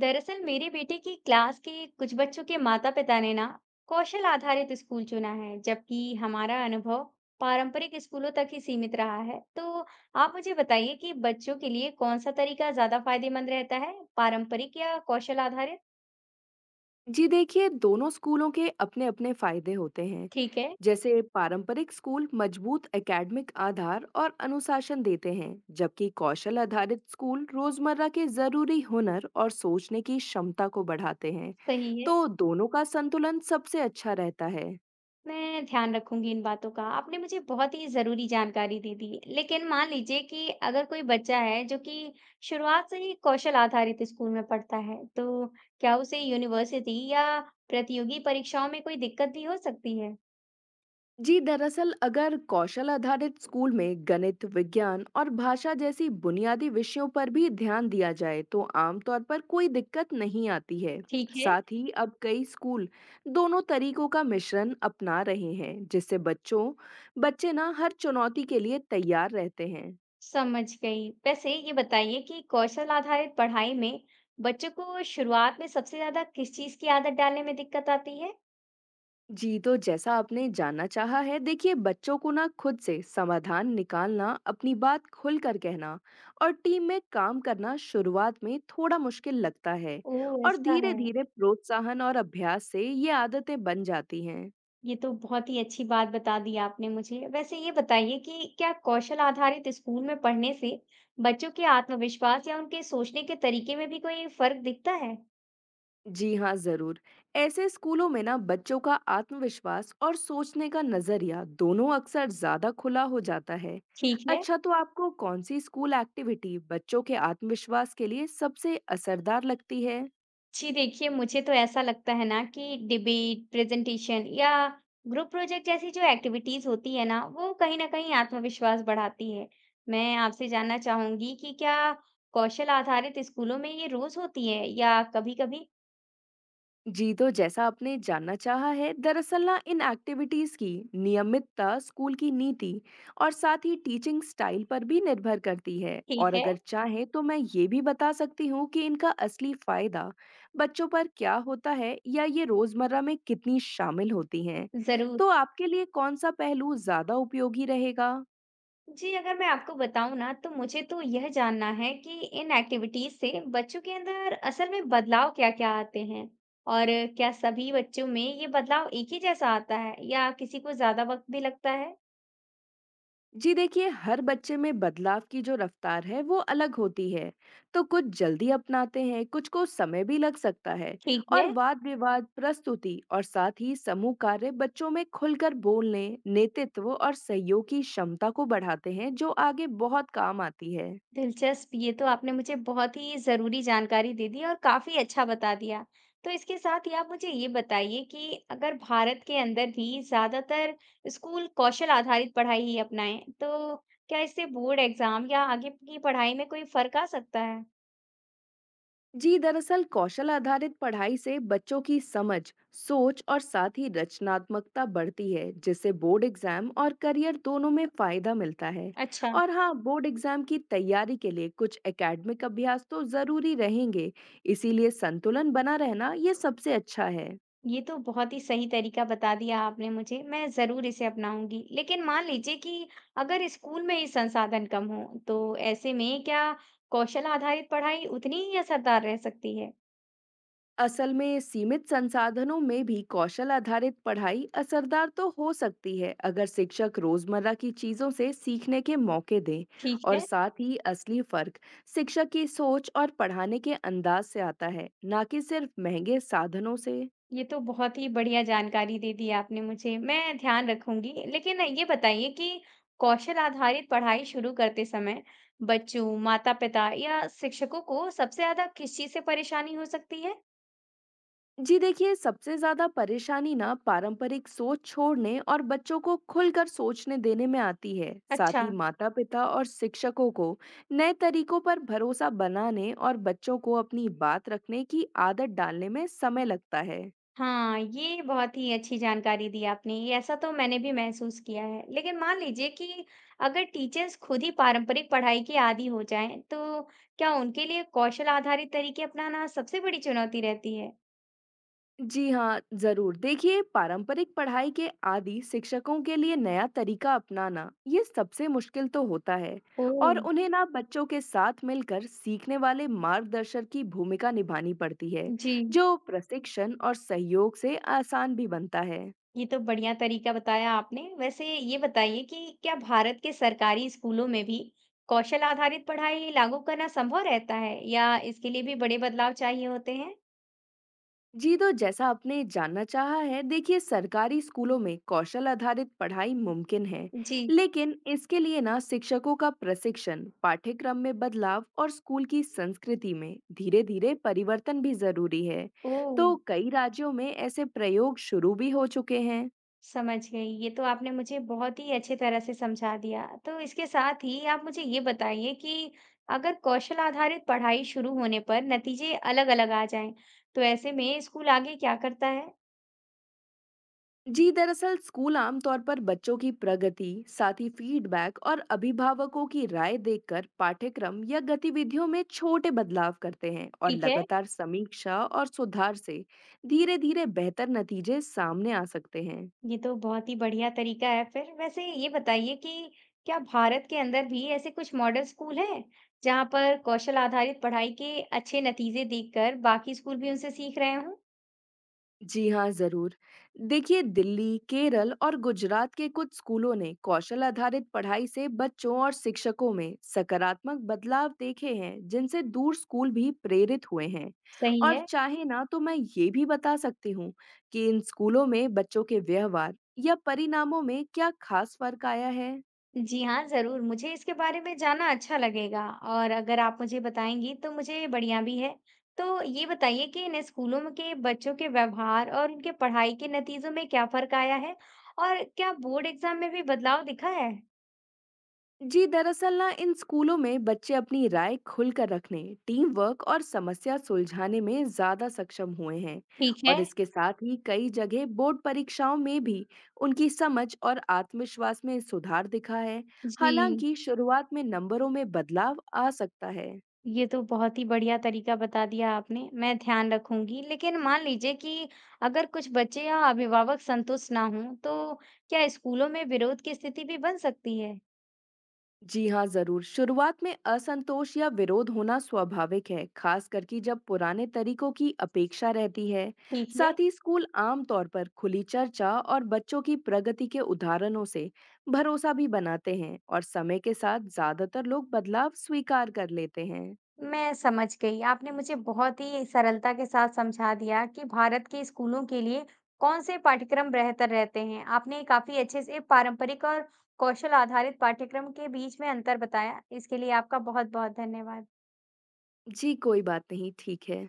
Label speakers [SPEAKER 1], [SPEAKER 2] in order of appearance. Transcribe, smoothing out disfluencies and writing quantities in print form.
[SPEAKER 1] दरअसल मेरी बेटी की क्लास के कुछ बच्चों के माता-पिता ने ना कौशल आधारित स्कूल चुना है, जबकि हमारा अनुभव पारंपरिक स्कूलों तक ही सीमित रहा है। तो आप मुझे बताइए कि बच्चों के लिए कौन सा तरीका ज्यादा फायदेमंद रहता है, पारंपरिक या कौशल आधारित।
[SPEAKER 2] जी देखिए, दोनों स्कूलों के अपने-अपने फायदे होते हैं।
[SPEAKER 1] ठीक है।
[SPEAKER 2] जैसे पारंपरिक स्कूल मजबूत एकेडमिक आधार और अनुशासन देते हैं, जबकि कौशल आधारित स्कूल रोजमर्रा के जरूरी हुनर और सोचने की क्षमता को बढ़ाते हैं।
[SPEAKER 1] सही है।
[SPEAKER 2] तो दोनों का संतुलन सबसे अच्छा रहता है।
[SPEAKER 1] मैं ध्यान रखूंगी इन बातों का। आपने मुझे बहुत ही जरूरी जानकारी दे दी। लेकिन मान लीजिए कि अगर कोई बच्चा है जो कि शुरुआत से ही कौशल आधारित स्कूल में पढ़ता है, तो क्या उसे यूनिवर्सिटी या प्रतियोगी परीक्षाओं में कोई दिक्कत भी हो सकती है?
[SPEAKER 2] जी दरअसल अगर कौशल आधारित स्कूल में गणित विज्ञान और भाषा जैसी बुनियादी विषयों पर भी ध्यान दिया जाए तो आमतौर पर कोई दिक्कत नहीं आती है।
[SPEAKER 1] ठीक है।
[SPEAKER 2] साथ ही अब कई स्कूल दोनों तरीकों का मिश्रण अपना रहे हैं जिससे बच्चों बच्चे ना हर चुनौती के लिए तैयार रहते हैं।
[SPEAKER 1] समझ गई। वैसे ये बताइए कि कौशल आधारित पढ़ाई में बच्चों को शुरुआत में सबसे ज्यादा किस चीज की आदत डालने में दिक्कत आती है?
[SPEAKER 2] जी तो जैसा आपने जानना चाहा है, देखिए बच्चों को ना खुद से समाधान निकालना, अपनी बात खुलकर कहना और टीम में काम करना शुरुआत में थोड़ा मुश्किल लगता है।
[SPEAKER 1] ओ।
[SPEAKER 2] और
[SPEAKER 1] ऐसा
[SPEAKER 2] धीरे
[SPEAKER 1] है।
[SPEAKER 2] धीरे प्रोत्साहन और अभ्यास से ये आदतें बन जाती हैं।
[SPEAKER 1] ये तो बहुत ही अच्छी बात बता दी आपने मुझे। वैसे ये बताइए कि क्या कौशल आधारित स्कूल में पढ़ने से बच्चों के आत्मविश्वास या उनके सोचने के तरीके में भी कोई फर्क दिखता है?
[SPEAKER 2] जी हाँ जरूर। ऐसे स्कूलों में ना बच्चों का आत्मविश्वास और सोचने का नजरिया दोनों अक्सर ज्यादा खुला हो जाता है।
[SPEAKER 1] ठीक है।
[SPEAKER 2] अच्छा, तो आपको कौन सी स्कूल एक्टिविटी बच्चों के आत्मविश्वास के लिए सबसे असरदार लगती है?
[SPEAKER 1] जी देखिए, मुझे तो ऐसा लगता है ना कि डिबेट, प्रेजेंटेशन या ग्रुप प्रोजेक्ट जैसी जो एक्टिविटीज़ होती है ना, वो कहीं न कहीं आत्मविश्वास बढ़ाती है। मैं आपसे जानना चाहूँगी कि क्या कौशल आधारित स्कूलों में ये रोज़ होती है या कभी-कभी?
[SPEAKER 2] जी तो जैसा आपने जानना चाहा है, दरअसल ना इन एक्टिविटीज की नियमितता स्कूल की नीति और साथ ही टीचिंग स्टाइल पर भी निर्भर करती है।
[SPEAKER 1] ठीक
[SPEAKER 2] और
[SPEAKER 1] है,
[SPEAKER 2] अगर चाहे तो मैं ये भी बता सकती हूँ कि इनका असली फायदा बच्चों पर क्या होता है या ये रोजमर्रा में कितनी शामिल होती हैं।
[SPEAKER 1] ज़रूर।
[SPEAKER 2] तो आपके लिए कौन सा पहलू ज्यादा उपयोगी रहेगा?
[SPEAKER 1] जी, अगर मैं आपको बताऊँ ना, तो मुझे तो यह जानना है कि इन एक्टिविटीज़ से बच्चों के अंदर असल में बदलाव क्या-क्या आते हैं? और क्या सभी बच्चों में ये बदलाव एक ही जैसा आता है या किसी को ज़्यादा वक़्त भी लगता है?
[SPEAKER 2] जी देखिए, हर बच्चे में बदलाव की जो रफ्तार है वो अलग होती है। तो कुछ जल्दी अपनाते हैं, कुछ को समय भी लग सकता है।
[SPEAKER 1] ठीक
[SPEAKER 2] और
[SPEAKER 1] है।
[SPEAKER 2] वाद विवाद, प्रस्तुति और साथ ही समूह कार्य बच्चों में खुलकर बोलने, नेतृत्व और सहयोग की क्षमता को बढ़ाते हैं, जो आगे बहुत काम आती है।
[SPEAKER 1] दिलचस्प। ये तो आपने मुझे बहुत ही ज़रूरी जानकारी दे दी और काफ़ी अच्छा बता दिया। तो इसके साथ ही आप मुझे ये बताइए कि अगर भारत के अंदर भी ज़्यादातर स्कूल कौशल आधारित पढ़ाई ही अपनाएँ, तो क्या इससे बोर्ड एग्ज़ाम या आगे की पढ़ाई में कोई फ़र्क आ सकता है?
[SPEAKER 2] जी दरअसल कौशल आधारित पढ़ाई से बच्चों की समझ, सोच और साथ ही रचनात्मकता बढ़ती है, जिससे बोर्ड एग्जाम और करियर दोनों में फायदा मिलता है।
[SPEAKER 1] अच्छा।
[SPEAKER 2] और हाँ, बोर्ड एग्जाम की तैयारी के लिए कुछ एकेडमिक अभ्यास तो जरूरी रहेंगे। इसीलिए संतुलन बना रहना ये सबसे अच्छा है।
[SPEAKER 1] ये तो बहुत ही सही तरीका बता दिया आपने मुझे, मैं ज़रूर इसे अपनाऊंगी। लेकिन मान लीजिए कि अगर स्कूल में ही संसाधन कम हो, तो ऐसे में क्या कौशल आधारित पढ़ाई उतनी ही असरदार रह सकती है?
[SPEAKER 2] असल में सीमित संसाधनों में भी कौशल आधारित पढ़ाई असरदार तो हो सकती है अगर शिक्षक रोजमर्रा की चीजों से सीखने के मौके दें।
[SPEAKER 1] ठीक
[SPEAKER 2] और
[SPEAKER 1] है।
[SPEAKER 2] साथ ही असली फर्क शिक्षक की सोच और पढ़ाने के अंदाज से आता है, ना कि सिर्फ महंगे साधनों से।
[SPEAKER 1] ये तो बहुत ही बढ़िया जानकारी दे दी आपने मुझे, मैं ध्यान रखूँगी। लेकिन ये बताइए कि कौशल आधारित पढ़ाई शुरू करते समय बच्चों, माता-पिता या शिक्षकों को सबसे ज़्यादा किस चीज़ से परेशानी हो सकती है?
[SPEAKER 2] जी देखिए, सबसे ज्यादा परेशानी ना पारंपरिक सोच छोड़ने और बच्चों को खुलकर सोचने देने में आती है। साथ
[SPEAKER 1] अच्छा।
[SPEAKER 2] ही माता पिता और शिक्षकों को नए तरीकों पर भरोसा बनाने और बच्चों को अपनी बात रखने की आदत डालने में समय लगता है।
[SPEAKER 1] हाँ, ये बहुत ही अच्छी जानकारी दी आपने, ये ऐसा तो मैंने भी महसूस किया है। लेकिन मान लीजिए कि अगर टीचर्स खुद ही पारंपरिक पढ़ाई के आदी हो जाएँ, तो क्या उनके लिए कौशल आधारित तरीके अपनाना सबसे बड़ी चुनौती रहती है?
[SPEAKER 2] जी हाँ, ज़रूर। देखिए, पारंपरिक पढ़ाई के आदी शिक्षकों के लिए नया तरीका अपनाना, ये सबसे मुश्किल तो होता है।
[SPEAKER 1] ओह!
[SPEAKER 2] और उन्हें ना बच्चों के साथ मिलकर सीखने वाले मार्गदर्शक की भूमिका निभानी पड़ती है,
[SPEAKER 1] जी,
[SPEAKER 2] जो प्रशिक्षण और सहयोग से आसान भी बनता है।
[SPEAKER 1] ये तो बढ़िया तरीका बताया आपने। वैसे ये बताइए कि क्या भारत के सरकारी स्कूलों में भी कौशल आधारित पढ़ाई लागू करना संभव रहता है या इसके लिए भी बड़े बदलाव चाहिए होते हैं?
[SPEAKER 2] जी तो जैसा आपने जानना चाहा है, देखिए सरकारी स्कूलों में कौशल आधारित पढ़ाई मुमकिन है।
[SPEAKER 1] जी।
[SPEAKER 2] लेकिन इसके लिए ना शिक्षकों का प्रशिक्षण, पाठ्यक्रम में बदलाव और स्कूल की संस्कृति में धीरे धीरे परिवर्तन भी जरूरी है।
[SPEAKER 1] ओह!
[SPEAKER 2] तो कई राज्यों में ऐसे प्रयोग शुरू भी हो चुके हैं।
[SPEAKER 1] समझ गई। ये तो आपने मुझे बहुत ही अच्छे तरह से समझा दिया। तो इसके साथ ही आप मुझे ये बताइए कि अगर कौशल आधारित पढ़ाई शुरू होने पर नतीजे अलग-अलग आ जाएँ, तो ऐसे में स्कूल आगे क्या करता है?
[SPEAKER 2] जी दरअसल स्कूल आमतौर पर बच्चों की प्रगति, साथी फीडबैक और अभिभावकों की राय देखकर पाठ्यक्रम या गतिविधियों में छोटे बदलाव करते हैं। और
[SPEAKER 1] ठीक है।
[SPEAKER 2] लगातार समीक्षा और सुधार से धीरे धीरे बेहतर नतीजे सामने आ सकते हैं।
[SPEAKER 1] ये तो बहुत ही बढ़िया तरीका है फिर। वैसे ये बताइए कि क्या भारत के अंदर भी ऐसे कुछ मॉडल स्कूल हैं जहाँ पर कौशल आधारित पढ़ाई के अच्छे नतीजे देखकर बाकी स्कूल भी उनसे सीख रहे हों?
[SPEAKER 2] जी हाँ, ज़रूर। देखिए दिल्ली, केरल और गुजरात के कुछ स्कूलों ने कौशल आधारित पढ़ाई से बच्चों और शिक्षकों में सकारात्मक बदलाव देखे हैं, जिनसे दूर स्कूल भी प्रेरित हुए हैं।
[SPEAKER 1] सही
[SPEAKER 2] और
[SPEAKER 1] है।
[SPEAKER 2] चाहे ना तो मैं ये भी बता सकती हूँ कि इन स्कूलों में बच्चों के व्यवहार या परिणामों में क्या खास फर्क आया है।
[SPEAKER 1] जी हाँ, ज़रूर। मुझे इसके बारे में जानना अच्छा लगेगा और अगर आप मुझे बताएंगी तो मुझे बढ़िया भी है। तो ये बताइए कि इन स्कूलों में के बच्चों के व्यवहार और उनके पढ़ाई के नतीजों में क्या फ़र्क आया है? और क्या बोर्ड एग्ज़ाम में भी बदलाव दिखा है?
[SPEAKER 2] जी दरअसल ना इन स्कूलों में बच्चे अपनी राय खुलकर रखने, टीम वर्क और समस्या सुलझाने में ज्यादा सक्षम हुए हैं।
[SPEAKER 1] ठीक है।
[SPEAKER 2] और इसके साथ ही कई जगह बोर्ड परीक्षाओं में भी उनकी समझ और आत्मविश्वास में सुधार दिखा है।
[SPEAKER 1] जी।
[SPEAKER 2] हालांकि शुरुआत में नंबरों में बदलाव आ सकता है।
[SPEAKER 1] ये तो बहुत ही बढ़िया तरीका बता दिया आपने, मैं ध्यान रखूँगी। लेकिन मान लीजिए कि अगर कुछ बच्चे या अभिभावक संतुष्ट ना हों, तो क्या स्कूलों में विरोध की स्थिति भी बन सकती है?
[SPEAKER 2] जी हाँ जरूर, शुरुआत में असंतोष या विरोध होना स्वाभाविक है, खास करके जब पुराने तरीकों की अपेक्षा रहती है।
[SPEAKER 1] ठीक है,
[SPEAKER 2] साथ ही स्कूल आमतौर पर खुली चर्चा और बच्चों की प्रगति के उदाहरणों से भरोसा भी बनाते हैं। और समय के साथ ज्यादातर लोग बदलाव स्वीकार कर लेते हैं।
[SPEAKER 1] मैं समझ गई। आपने मुझे बहुत ही सरलता के साथ समझा दिया कि भारत के स्कूलों के लिए कौन से पाठ्यक्रम बेहतर रहते हैं। आपने काफ़ी अच्छे से पारंपरिक और कौशल आधारित पाठ्यक्रम के बीच में अंतर बताया। इसके लिए आपका बहुत-बहुत धन्यवाद।
[SPEAKER 2] जी कोई बात नहीं, ठीक है।